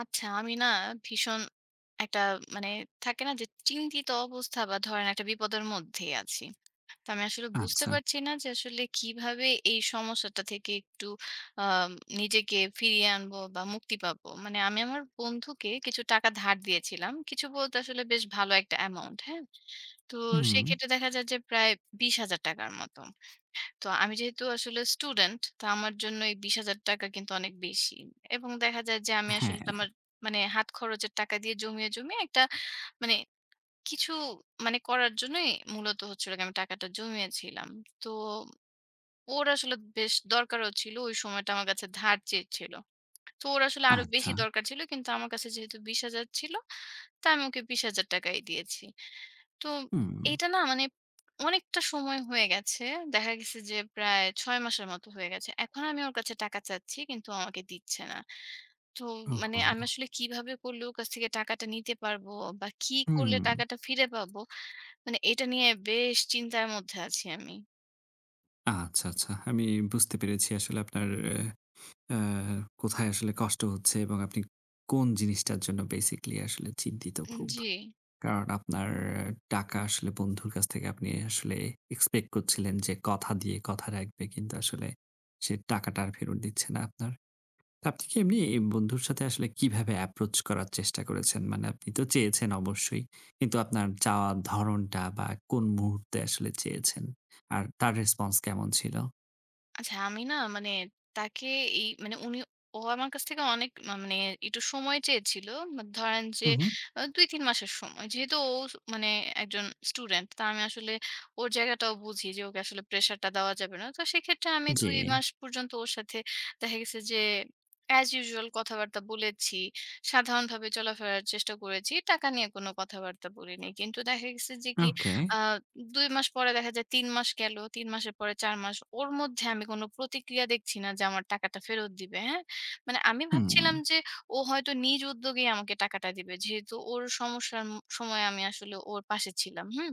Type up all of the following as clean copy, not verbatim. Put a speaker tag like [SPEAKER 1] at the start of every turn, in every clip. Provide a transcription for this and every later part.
[SPEAKER 1] আচ্ছা, আমি না ভীষণ একটা মানে থাকে না যে চিন্তিত অবস্থা বা ধরেন একটা বিপদের মধ্যেই আছি। তো আমি আসলে বুঝতে
[SPEAKER 2] আচ্ছা।
[SPEAKER 1] পারছি না যে আসলে কিভাবে এই সমস্যাটা থেকে একটু আ নিজেকে ফিরিয়ে আনবো বা মুক্তি পাবো। মানে আমি আমার বন্ধুকে কিছু টাকা ধার দিয়েছিলাম। কিছু বলতে আসলে বেশ ভালো একটা অ্যামাউন্ট, হ্যাঁ? তো
[SPEAKER 2] হুম,
[SPEAKER 1] সেক্ষেত্রে দেখা যায় যে প্রায় ৳২০,০০০ মতো। তো আমি যেহেতু আসলে স্টুডেন্ট তো আমার জন্য এই ৳20,000 কিন্তু অনেক বেশি। এবং দেখা যায় যে আমি
[SPEAKER 2] হ্যাঁ,
[SPEAKER 1] আসলে তো আমার মানে হাত খরচের টাকা দিয়ে জমিয়ে, জমিয়ে একটা মানে কিছু মানে করার জন্যই মূলত হচ্ছে হলো গিয়ে আমি টাকাটা জমিয়েছিলাম। তো ওর আসলে বেশ দরকারও ছিল। ওই সময়টা আমার কাছে ধার চেয়েছিল। তো ওর আসলে আরো বেশি
[SPEAKER 2] আচ্ছা।
[SPEAKER 1] দরকার ছিল। কিন্তু আমার কাছে যেহেতু 20,000 ছিল, তা আমি ওকে 20,000 টাকাই দিয়েছি। তো
[SPEAKER 2] হুম,
[SPEAKER 1] এটা না মানে অনেকটা সময় হয়ে গেছে। দেখা গেছে যে প্রায় ৬ মাসের মতো হয়ে গেছে। এখন আমি ওর কাছে টাকা চাচ্ছি কিন্তু আমাকে দিচ্ছে না। তো মানে
[SPEAKER 2] ওহো!
[SPEAKER 1] আমি আসলে কিভাবে করলে ওর কাছ থেকে টাকাটা নিতে পারবো বা কি করলে
[SPEAKER 2] হুম,
[SPEAKER 1] টাকাটা ফিরে পাবো? মানে এটা নিয়ে বেশ চিন্তার মধ্যে আছি আমি।
[SPEAKER 2] আচ্ছা, আচ্ছা। আমি বুঝতে পেরেছি আসলে আপনার অ্যা কোথায় আসলে কষ্ট হচ্ছে এবং আপনি কোন জিনিসটার জন্য বেসিক্যালি আসলে চিন্তিত খুব।
[SPEAKER 1] জি।
[SPEAKER 2] কারণ আপনার টাকা আসলে বন্ধুর কাছ থেকে আপনি আসলে এক্সপেক্ট করছিলেন যে কথা দিয়ে কথা রাখবে। কিন্তু আসলে সে টাকাটা আর ফেরত দিচ্ছে না আপনার। আপনি কি এমনি এই বন্ধুর সাথে আসলে কিভাবে অ্যাপ্রোচ করার চেষ্টা করেছেন? মানে আপনি তো চেয়েছেন অবশ্যই। কিন্তু আপনার চাওয়ার ধরণটা বা কোন মুহূর্তে আসলে চেয়েছেন? আর তার রেসপন্স কেমন ছিল?
[SPEAKER 1] আচ্ছা, আমি না মানে তাকে এই মানে উনি ও আমার কাছ থেকে অনেক মানে একটু সময় চেয়েছিল। মানে ধরেন যে
[SPEAKER 2] হু, হু।
[SPEAKER 1] ২-৩ মাসের সময়। যেহেতু ও মানে একজন স্টুডেন্ট। তা আমি আসলে ওর জায়গাটাও বুঝি যে ওকে আসলে প্রেশারটা দেওয়া যাবে না। তো সেক্ষেত্রে আমি
[SPEAKER 2] জি।
[SPEAKER 1] ২ মাস পর্যন্ত ওর সাথে দেখা গেছে যে অ্যাজ ইউজুয়াল কথাবার্তা বলেছি। সাধারণভাবে চলাফেরার চেষ্টা করেছি। টাকা নিয়ে কোনো কথাবার্তা বলিনি। কিন্তু দেখা গেছে যে কি
[SPEAKER 2] ওকে।
[SPEAKER 1] আ ২ মাস পরে দেখা যায় ৩ মাস গেল। ৩ মাসের পরে ৪ মাস। ওর মধ্যে আমি কোনো প্রতিক্রিয়া দেখছি না যে আমার টাকাটা ফেরত দিবে, হ্যাঁ? মানে আমি
[SPEAKER 2] হুম।
[SPEAKER 1] ভাবছিলাম যে ও হয়তো নিজ উদ্যোগেই আমাকে টাকাটা দিবে। যেহেতু ওর সমস্যার সময়ে আমি আসলে ওর পাশে ছিলাম, হুম?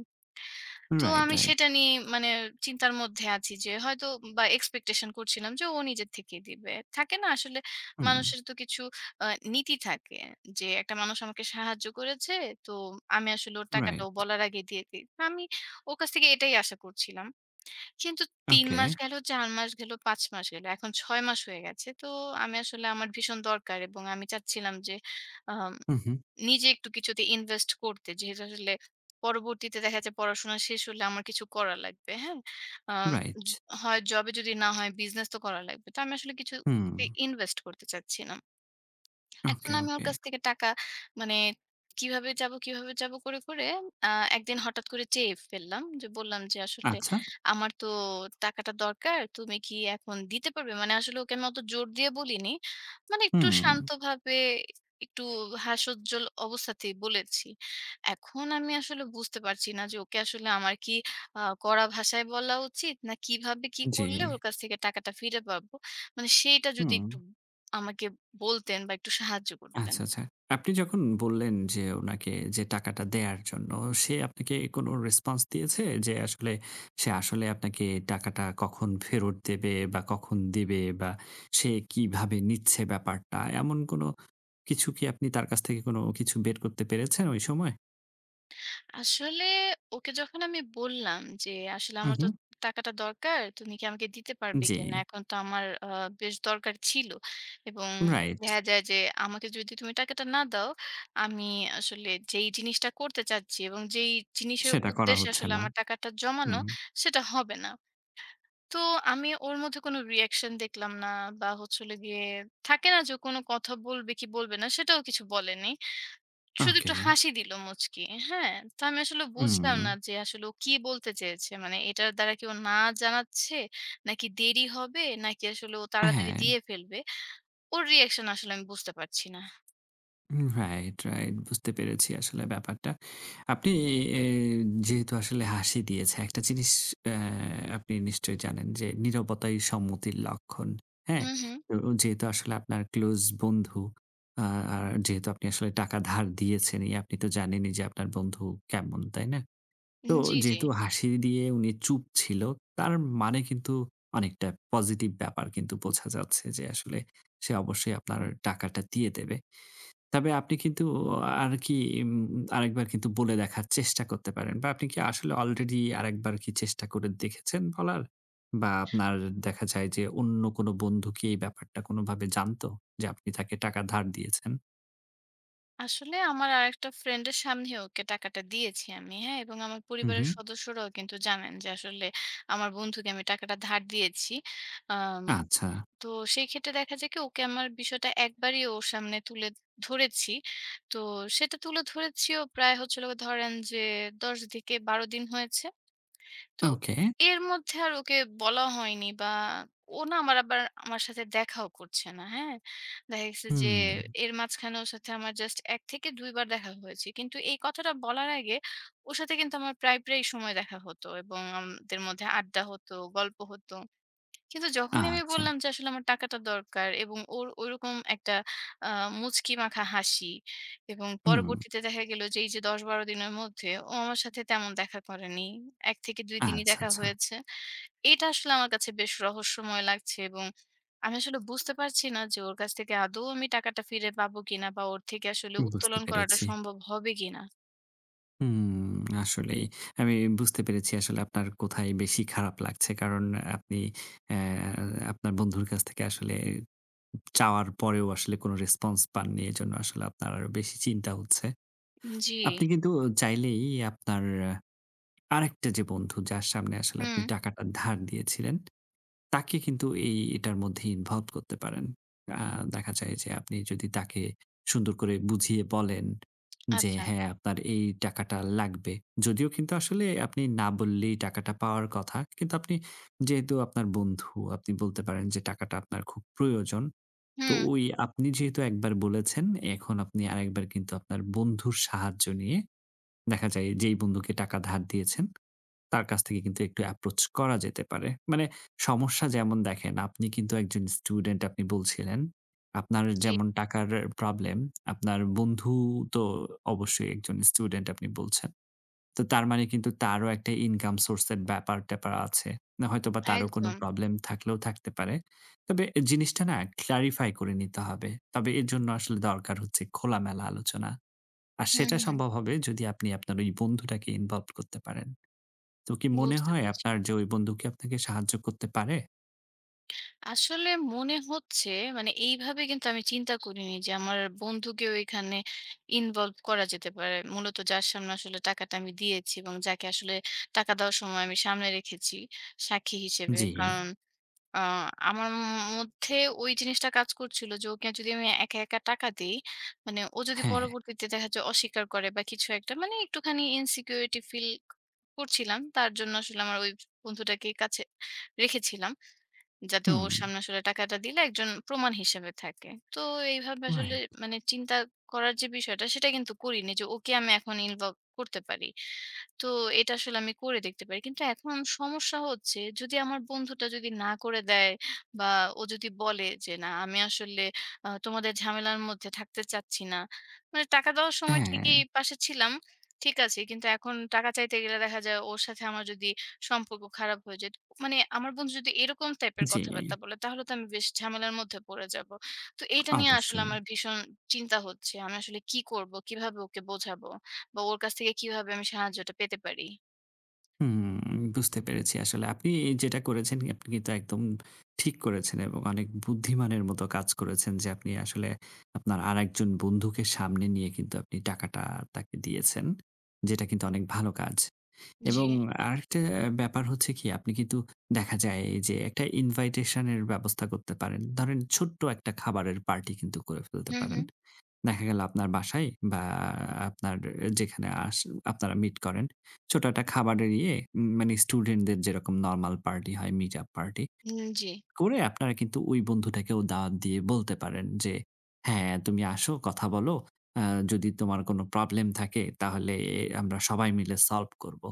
[SPEAKER 1] তো
[SPEAKER 2] রাইট,
[SPEAKER 1] আমি
[SPEAKER 2] রাইট।
[SPEAKER 1] সেটা নিয়ে মানে চিন্তার মধ্যে আছি যে হয়তো বা এক্সপেকটেশন করছিলাম যে ও নিজের থেকেই দিবে। থাকে না আসলে
[SPEAKER 2] হুম।
[SPEAKER 1] মানুষের তো কিছু আ নীতি থাকে যে একটা মানুষ আমাকে সাহায্য করেছে তো আমি আসলে ওর টাকাটা ও
[SPEAKER 2] রাইট।
[SPEAKER 1] বলার আগে দিয়ে দিই। আমি ওর কাছ থেকে এটাই আশা করছিলাম। কিন্তু ৩
[SPEAKER 2] ওকে।
[SPEAKER 1] মাস গেল, ৪ মাস গেল, ৫ মাস গেল। এখন ৬ মাস হয়ে গেছে। তো আমি আসলে আমার ভীষণ দরকার এবং আমি চাচ্ছিলাম যে আম
[SPEAKER 2] হু, হু।
[SPEAKER 1] নিজে একটু কিছুতে ইনভেস্ট করতে। যেহেতু আসলে পরবর্তীতে দেখা যায় পড়াশোনা শেষ হলে আমার কিছু করা লাগবে। হ্যাঁ? Um
[SPEAKER 2] right.
[SPEAKER 1] য হয় জবে যদি না হয় বিজনেস তো করা লাগবে। তো আমি আসলে
[SPEAKER 2] হুম।
[SPEAKER 1] কিছুতে ইনভেস্ট করতে চাচ্ছিলাম। এখন
[SPEAKER 2] ওকে,
[SPEAKER 1] আমি ওর
[SPEAKER 2] ওকে।
[SPEAKER 1] কাছ থেকে টাকা মানে কিভাবে যাব, কিভাবে যাব করে, করে আ একদিন হঠাৎ করে চেয়ে ফেললাম। যে বললাম যে, "আসলে
[SPEAKER 2] আচ্ছা।
[SPEAKER 1] আমার তো টাকাটা দরকার। তুমি কি এখন দিতে পারবে?" মানে আসলে ওকে আমি অত জোর দিয়ে বলিনি। মানে একটু
[SPEAKER 2] হুম।
[SPEAKER 1] শান্তভাবে একটু হাস্যোজ্জ্বল অবস্থাতেই বলেছি। এখন আমি আসলে বুঝতে পারছি না যে ওকে আসলে আমার কি কড়া ভাষায় বলা উচিত? না কিভাবে কি
[SPEAKER 2] জি।
[SPEAKER 1] করলে ওর কাছ থেকে টাকাটা ফিরে পাবো? মানে সেইটা যদি
[SPEAKER 2] হুম।
[SPEAKER 1] একটু আমাকে বলতেন বা একটু সাহায্য করতেন।
[SPEAKER 2] আচ্ছা, আচ্ছা। আপনি যখন বললেন যে উনাকে যে টাকাটা দেয়ার জন্য, সে আপনাকে কোনো রেসপন্স দিয়েছে? যে আসলে সে আসলে আপনাকে টাকাটা কখন ফেরত দেবে বা কখন দিবে বা সে কিভাবে নিচ্ছে ব্যাপারটা? এমন কোনো কিছু কি আপনি তার কাছ থেকে কোনো কিছু বের করতে পেরেছেন ওই সময়?
[SPEAKER 1] আসলে ওকে যখন আমি বললাম যে, "আসলে
[SPEAKER 2] হু,
[SPEAKER 1] আমার
[SPEAKER 2] হু।
[SPEAKER 1] তো টাকাটা দরকার। তুমি কি আমাকে দিতে পারবে
[SPEAKER 2] জি,
[SPEAKER 1] কিনা? এখন তো আমার বেশ দরকার ছিল। এবং
[SPEAKER 2] রাইট।
[SPEAKER 1] দেখা যায় যে আমাকে যদি তুমি টাকাটা না দাও, আমি আসলে যেই জিনিসটা করতে চাচ্ছি এবং যেই জিনিসের
[SPEAKER 2] সেটা করা
[SPEAKER 1] উদ্দেশ্যে
[SPEAKER 2] হচ্ছে
[SPEAKER 1] আসলে
[SPEAKER 2] না।
[SPEAKER 1] আমার টাকাটা জমানো,
[SPEAKER 2] হুম,
[SPEAKER 1] সেটা হবে না।" তো আমি ওর মধ্যে কোনো রিঅ্যাকশন দেখলাম না বা হচ্ছে হলো গিয়ে থাকে না যে, ও কোনো কথা বলবে কি বলবে না, সেটাও কিছু বলেনি। শুধু একটু
[SPEAKER 2] ওকে।
[SPEAKER 1] হাসি দিল মুচকি। হ্যাঁ? তো আমি আসলে বুঝলাম
[SPEAKER 2] হুম,
[SPEAKER 1] না যে আসলে ও কি বলতে চেয়েছে? মানে এটার দ্বারা কি ও না জানাচ্ছে? নাকি দেরি হবে? নাকি আসলে ও তাড়াতাড়ি
[SPEAKER 2] হ্যাঁ।
[SPEAKER 1] দিয়ে ফেলবে? ওর রিঅ্যাকশন আসলে আমি বুঝতে পারছি না।
[SPEAKER 2] Hmm, right, right. বুঝতে পেরেছি আসলে ব্যাপারটা। আপনি এ যেহেতু আসলে হাসি দিয়েছে, একটা জিনিস অ্যা আপনি নিশ্চয়ই জানেন যে নীরবতাই সম্মতির লক্ষণ। হ্যাঁ?
[SPEAKER 1] হুম, হুম।
[SPEAKER 2] তো যেহেতু আসলে আপনার ক্লোজ বন্ধু আ আর যেহেতু আপনি আসলে টাকা ধার দিয়েছেনই, আপনি তো জানেনই যে আপনার বন্ধু কেমন, তাই না? তো
[SPEAKER 1] জি, জি।
[SPEAKER 2] যেহেতু হাসি দিয়ে উনি চুপ ছিল, তার মানে কিন্তু অনেকটা পজিটিভ ব্যাপার কিন্তু বোঝা যাচ্ছে যে আসলে সে অবশ্যই আপনার টাকাটা দিয়ে দেবে। তবে আপনি কিন্তু আর কি উম আরেকবার কিন্তু বলে দেখার চেষ্টা করতে পারেন বা আপনি কি আসলে অলরেডি আরেকবার কি চেষ্টা করে দেখেছেন বলার? বা আপনার দেখা যায় যে অন্য কোনো বন্ধু কি এই ব্যাপারটা কোনোভাবে জানতো? যে আপনি তাকে টাকা ধার দিয়েছেন?
[SPEAKER 1] আসলে আমার আরেকটা ফ্রেন্ডের সামনে ওকে টাকাটা দিয়েছি আমি, হ্যাঁ? এবং আমার
[SPEAKER 2] হু, হু।
[SPEAKER 1] পরিবারের সদস্যরাও কিন্তু জানেন যে আসলে আমার বন্ধুকে আমি টাকাটা ধার দিয়েছি। আম
[SPEAKER 2] আচ্ছা,
[SPEAKER 1] তো সেই ক্ষেত্রে দেখা যায় কি ওকে আমার বিষয়টা একবারই ওর সামনে তুলে ধরেছি। তো সেটা তুলে ধরেছিও প্রায় হচ্ছিল ধরেন যে ১০ থেকে ১২ দিন হয়েছে। তো
[SPEAKER 2] ওকে।
[SPEAKER 1] এর মধ্যে আর ওকে বলা হয়নি বা ও না আমার আবার আমার সাথে দেখাও করছে না। হ্যাঁ? দেখা গেছে যে
[SPEAKER 2] হুম।
[SPEAKER 1] এর মাঝখানে ওর সাথে আমার জাস্ট ১ থেকে ২ বার দেখা হয়েছে। কিন্তু এই কথাটা বলার আগে ওর সাথে কিন্তু আমার প্রায়, প্রায় সময় দেখা হতো এবং আমাদের মধ্যে আড্ডা হতো, গল্প হতো। কিন্তু যখনই আমি
[SPEAKER 2] আচ্ছা,
[SPEAKER 1] বললাম যে আসলে আমার টাকাটা দরকার এবং ওর ওইরকম একটা আ মুচকি মাখা হাসি এবং
[SPEAKER 2] হুম।
[SPEAKER 1] পরবর্তীতে দেখা গেল যে এই যে ১০-১২ দিনের মধ্যে ও আমার সাথে তেমন দেখা করেনি। ১ থেকে ২ দিনই
[SPEAKER 2] আচ্ছা,
[SPEAKER 1] দেখা
[SPEAKER 2] আচ্ছা।
[SPEAKER 1] হয়েছে। এটা আসলে আমার কাছে বেশ রহস্যময় লাগছে এবং আমি আসলে বুঝতে পারছি না যে ওর কাছ থেকে আদৌ আমি টাকাটা ফিরে পাবো কিনা বা ওর থেকে আসলে
[SPEAKER 2] বুঝতে
[SPEAKER 1] উত্তোলন করাটা
[SPEAKER 2] পেরেছি।
[SPEAKER 1] সম্ভব হবে কিনা।
[SPEAKER 2] হুম, আসলেই। আমি বুঝতে পেরেছি আসলে আপনার কোথায় বেশি খারাপ লাগছে। কারণ আপনি অ্যা আপনার বন্ধুর কাছ থেকে আসলে চাওয়ার পরেও আসলে কোনো রেসপন্স পাননি। এজন্য আসলে আপনার আরো বেশি চিন্তা হচ্ছে।
[SPEAKER 1] জি,
[SPEAKER 2] আপনি কিন্তু চাইলেই আপনার আরেকটা যে বন্ধু যার সামনে আসলে
[SPEAKER 1] হুম,
[SPEAKER 2] আপনি টাকাটা ধার দিয়েছিলেন, তাকে কিন্তু এই এটার মধ্যে ইনভলভ করতে পারেন। আ দেখা যায় যে আপনি যদি তাকে সুন্দর করে বুঝিয়ে বলেন যে,
[SPEAKER 1] আচ্ছা,
[SPEAKER 2] হ্যাঁ, আপনার এই টাকাটা লাগবে। যদিও কিন্তু আসলে আপনি না বললেই টাকাটা পাওয়ার কথা। কিন্তু আপনি যেহেতু আপনার বন্ধু, আপনি বলতে পারেন যে টাকাটা আপনার খুব প্রয়োজন। তো
[SPEAKER 1] হুম,
[SPEAKER 2] ওই আপনি যেহেতু একবার বলেছেন, এখন আপনি আরেকবার কিন্তু আপনার বন্ধুর সাহায্য নিয়ে দেখা যায় যেই বন্ধুকে টাকা ধার দিয়েছেন, তার কাছ থেকে কিন্তু একটু অ্যাপ্রোচ করা যেতে পারে। মানে সমস্যা যেমন দেখেন, আপনি কিন্তু একজন স্টুডেন্ট আপনি বলছিলেন। আপনার
[SPEAKER 1] জি,
[SPEAKER 2] যেমন টাকার প্রবলেম, আপনার বন্ধু তো অবশ্যই একজন স্টুডেন্ট আপনি বলছেন। তো তার মানে কিন্তু তারও একটা ইনকাম সোর্স এর ব্যাপার-ট্যাপার আছে। না হয়তোবা তারও কোনো
[SPEAKER 1] একদম।
[SPEAKER 2] প্রবলেম থাকলেও থাকতে পারে। তবে জিনিসটা না ক্লারিফাই করে নিতে হবে। তবে এর জন্য আসলে দরকার হচ্ছে খোলামেলা আলোচনা। আর
[SPEAKER 1] হুম,
[SPEAKER 2] সেটা
[SPEAKER 1] হুম,
[SPEAKER 2] সম্ভব হবে যদি আপনি আপনার ওই বন্ধুটাকে ইনভলভ করতে পারেন। তো কি মনে
[SPEAKER 1] বুঝতে
[SPEAKER 2] হয়
[SPEAKER 1] পেরেছি।
[SPEAKER 2] আপনার যে ওই বন্ধু কি আপনাকে সাহায্য করতে পারে?
[SPEAKER 1] আসলে মনে হচ্ছে মানে এইভাবে কিন্তু আমি চিন্তা করিনি যে আমার বন্ধুকেও এখানে ইনভলভ করা যেতে পারে মূলত যার সামনে আসলে টাকাটা আমি দিয়েছি এবং যাকে আসলে টাকা দেওয়ার সময় আমি সামনে রেখেছি সাক্ষী হিসেবে
[SPEAKER 2] জি,
[SPEAKER 1] কারণ আহ, আমার মধ্যে ওই জিনিসটা কাজ করছিল যে ওকে যদি আমি একা একা টাকা দিই মানে ও যদি
[SPEAKER 2] হ্যাঁ,
[SPEAKER 1] পরবর্তীতে দেখা যায় অস্বীকার করে বা কিছু একটা মানে একটুখানি ইনসিকিউরিটি ফিল করছিলাম তার জন্য আসলে আমার ওই বন্ধুটাকে কাছে রেখেছিলাম যাতে
[SPEAKER 2] হুম,
[SPEAKER 1] ওর সামনে আসলে টাকাটা দিলে একজন প্রমাণ হিসেবে থাকে। তো এইভাবে আসলে
[SPEAKER 2] রাইট
[SPEAKER 1] মানে চিন্তা করার যে বিষয়টা সেটা কিন্তু করিনি যে ওকে আমি এখন ইনভলভ করতে পারি। তো এটা আসলে আমি করে দেখতে পারি। কিন্তু এখন সমস্যা হচ্ছে যদি আমার বন্ধুটা যদি না করে দেয় বা ও যদি বলে যে, "না আমি আসলে তোমাদের ঝামেলার মধ্যে থাকতে চাচ্ছি না।" মানে টাকা দেওয়ার সময়
[SPEAKER 2] হ্যাঁ,
[SPEAKER 1] ঠিকই পাশে ছিলাম। ঠিক আছে। কিন্তু এখন টাকা চাইতে গেলে দেখা যায় ওর সাথে আমার যদি সম্পর্ক খারাপ হয়ে যায়, মানে আমার বন্ধু যদি এরকম টাইপের
[SPEAKER 2] জি,
[SPEAKER 1] কথাবার্তা বলে তাহলে তো আমি বেশ ঝামেলার মধ্যে পড়ে যাবো। তো এইটা নিয়ে আসলে
[SPEAKER 2] অবশ্যই।
[SPEAKER 1] আমার ভীষণ চিন্তা হচ্ছে। আমি আসলে কি করব? কিভাবে ওকে বোঝাবো? বা ওর কাছ থেকে কিভাবে আমি সাহায্যটা পেতে পারি?
[SPEAKER 2] হুম, বুঝতে পেরেছি আসলে। আপনি যেটা করেছেন আপনি কিন্তু একদম ঠিক করেছেন এবং অনেক বুদ্ধিমানের মতো কাজ করেছেন যে আপনি আসলে আপনার আরেকজন বন্ধুকে সামনে নিয়ে কিন্তু আপনি টাকাটা তাকে দিয়েছেন। যেটা কিন্তু অনেক ভালো কাজ।
[SPEAKER 1] জি।
[SPEAKER 2] এবং আরেকটা ব্যাপার হচ্ছে কি আপনি কিন্তু দেখা যায় যে একটা ইনভাইটেশন এর ব্যবস্থা করতে পারেন। ধরেন ছোট্ট একটা খাবারের পার্টি কিন্তু করে ফেলতে
[SPEAKER 1] হুম,
[SPEAKER 2] পারেন।
[SPEAKER 1] হুম।
[SPEAKER 2] দেখা গেল আপনার বাসায় বা আপনার যেখানে আস আপনারা মিট করেন, ছোট একটা খাবারের ইয়ে মানে স্টুডেন্টদের যেরকম নরমাল পার্টি হয়, মিট আপ পার্টি
[SPEAKER 1] জি।
[SPEAKER 2] করে আপনারা কিন্তু ওই বন্ধুটাকেও দাওয়াত দিয়ে বলতে পারেন যে, "হ্যাঁ, তুমি আসো, কথা বলো। আ যদি তোমার কোনো প্রবলেম থাকে তাহলে আমরা সবাই মিলে সলভ করব।"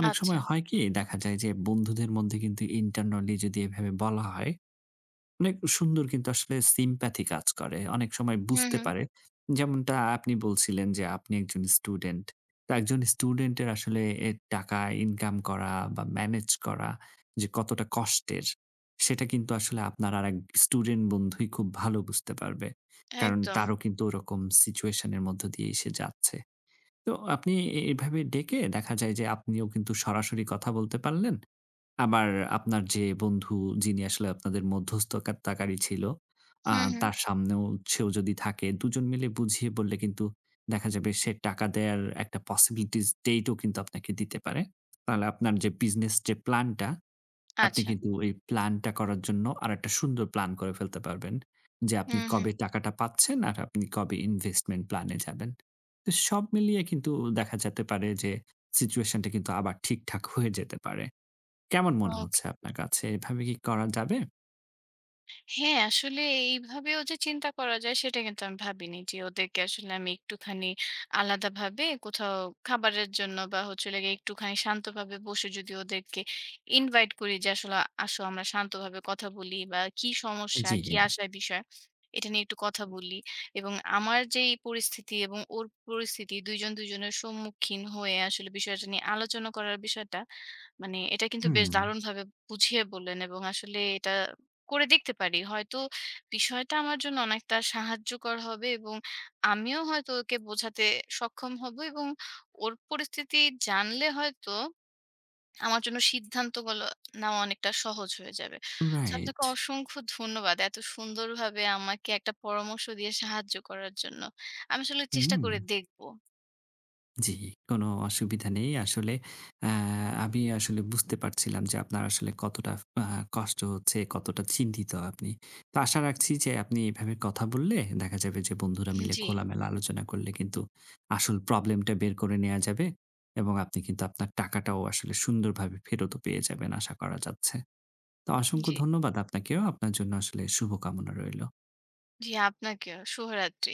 [SPEAKER 2] অনেক
[SPEAKER 1] আচ্ছা।
[SPEAKER 2] সময় হয় কি দেখা যায় যে বন্ধুদের মধ্যে কিন্তু ইন্টারনালি যদি এভাবে বলা হয় অনেক সুন্দর কিন্তু আসলে সিম্প্যাথি কাজ করে। অনেক সময়
[SPEAKER 1] হুম,
[SPEAKER 2] বুঝতে
[SPEAKER 1] হুম।
[SPEAKER 2] পারে। যেমনটা আপনি বলছিলেন যে আপনি একজন স্টুডেন্ট। তো একজন স্টুডেন্টের আসলে এ টাকা ইনকাম করা বা ম্যানেজ করা যে কতটা কষ্টের, সেটা কিন্তু আসলে আপনার আরেক স্টুডেন্ট বন্ধুই খুব ভালো বুঝতে পারবে। কারণ
[SPEAKER 1] একদম।
[SPEAKER 2] তারও কিন্তু ওরকম সিচুয়েশন এর মধ্য দিয়েই সে যাচ্ছে। তো আপনি এভাবে ডেকে দেখা যায় যে আপনিও কিন্তু সরাসরি কথা বলতে পারলেন। আবার আপনার যে বন্ধু যিনি আসলে আপনাদের মধ্যস্থতাকারী ছিল, আ
[SPEAKER 1] হুম, হুম।
[SPEAKER 2] তার সামনেও সেও যদি থাকে, দুজন মিলে বুঝিয়ে বললে কিন্তু দেখা যাবে সে টাকা দেয়ার একটা possibilities date ও কিন্তু আপনাকে দিতে পারে। তাহলে আপনার যে বিজনেস যে প্ল্যানটা আপনি
[SPEAKER 1] আচ্ছা।
[SPEAKER 2] কিন্তু এই প্ল্যানটা করার জন্য আরেকটা সুন্দর প্ল্যান করে ফেলতে পারবেন। যে আপনি
[SPEAKER 1] হুম, হুম।
[SPEAKER 2] কবে টাকাটা পাচ্ছেন আর আপনি কবে ইনভেস্টমেন্ট প্ল্যান এ যাবেন। তো সব মিলিয়ে কিন্তু দেখা যেতে পারে যে সিচুয়েশন টা কিন্তু আবার ঠিকঠাক হয়ে যেতে পারে। কেমন মনে
[SPEAKER 1] ও
[SPEAKER 2] হচ্ছে আপনার কাছে? এভাবে কি করা যাবে?
[SPEAKER 1] হ্যাঁ, আসলে এইভাবেও যে চিন্তা করা যায় সেটা কিন্তু আমি ভাবিনি। যে ওদেরকে আসলে আমি একটুখানি আলাদাভাবে কোথাও খাবারের জন্য বা হচ্ছে হলো গিয়ে একটুখানি শান্তভাবে বসে যদি ওদেরকে ইনভাইট করি যে আসলে আসো আমরা শান্তভাবে কথা বলি বা কি সমস্যা,
[SPEAKER 2] জি।
[SPEAKER 1] কি আশার বিষয় এটা নিয়ে একটু কথা বলি। এবং আমার যেই পরিস্থিতি এবং ওর পরিস্থিতি ২ জন ২ জনের সম্মুখীন হয়ে আসলে বিষয়টা নিয়ে আলোচনা করার বিষয়টা মানে এটা কিন্তু বেশ
[SPEAKER 2] হুম,
[SPEAKER 1] দারুণভাবে বুঝিয়ে বললেন এবং আসলে এটা করে দেখতে পারি। হয়তো বিষয়টা আমার জন্য অনেকটা সাহায্যকর হবে এবং আমিও হয়তো ওকে বোঝাতে সক্ষম হব এবং ওর পরিস্থিতি জানলে হয়তো আমার জন্য সিদ্ধান্তগুলো নেওয়া অনেকটা সহজ হয়ে যাবে। তো
[SPEAKER 2] রাইট।
[SPEAKER 1] আপনাকে অসংখ্য ধন্যবাদ। এত সুন্দরভাবে আমাকে একটা পরামর্শ দিয়ে সাহায্য করার জন্য। আমি আসলে চেষ্টা
[SPEAKER 2] হুম।
[SPEAKER 1] করে দেখব।
[SPEAKER 2] জি, কোনো অসুবিধা নেই। আসলে আ আমি আসলে বুঝতে পারছিলাম যে আপনার আসলে কতটা আ কষ্ট হচ্ছে, কতটা চিন্তিত আপনি। তো আশা রাখছি যে আপনি এভাবে কথা বললে দেখা যাবে যে বন্ধুরা মিলে
[SPEAKER 1] জি,
[SPEAKER 2] খোলামেলা আলোচনা করলে কিন্তু আসল প্রবলেমটা বের করে নেয়া যাবে এবং আপনি কিন্তু আপনার টাকাটাও আসলে সুন্দরভাবে ফেরতও পেয়ে যাবেন আশা করা যাচ্ছে। তো অসংখ্য
[SPEAKER 1] জি,
[SPEAKER 2] ধন্যবাদ আপনাকেও। আপনার জন্য আসলে শুভকামনা রইল।
[SPEAKER 1] জি আপনাকেও। শুভরাত্রি।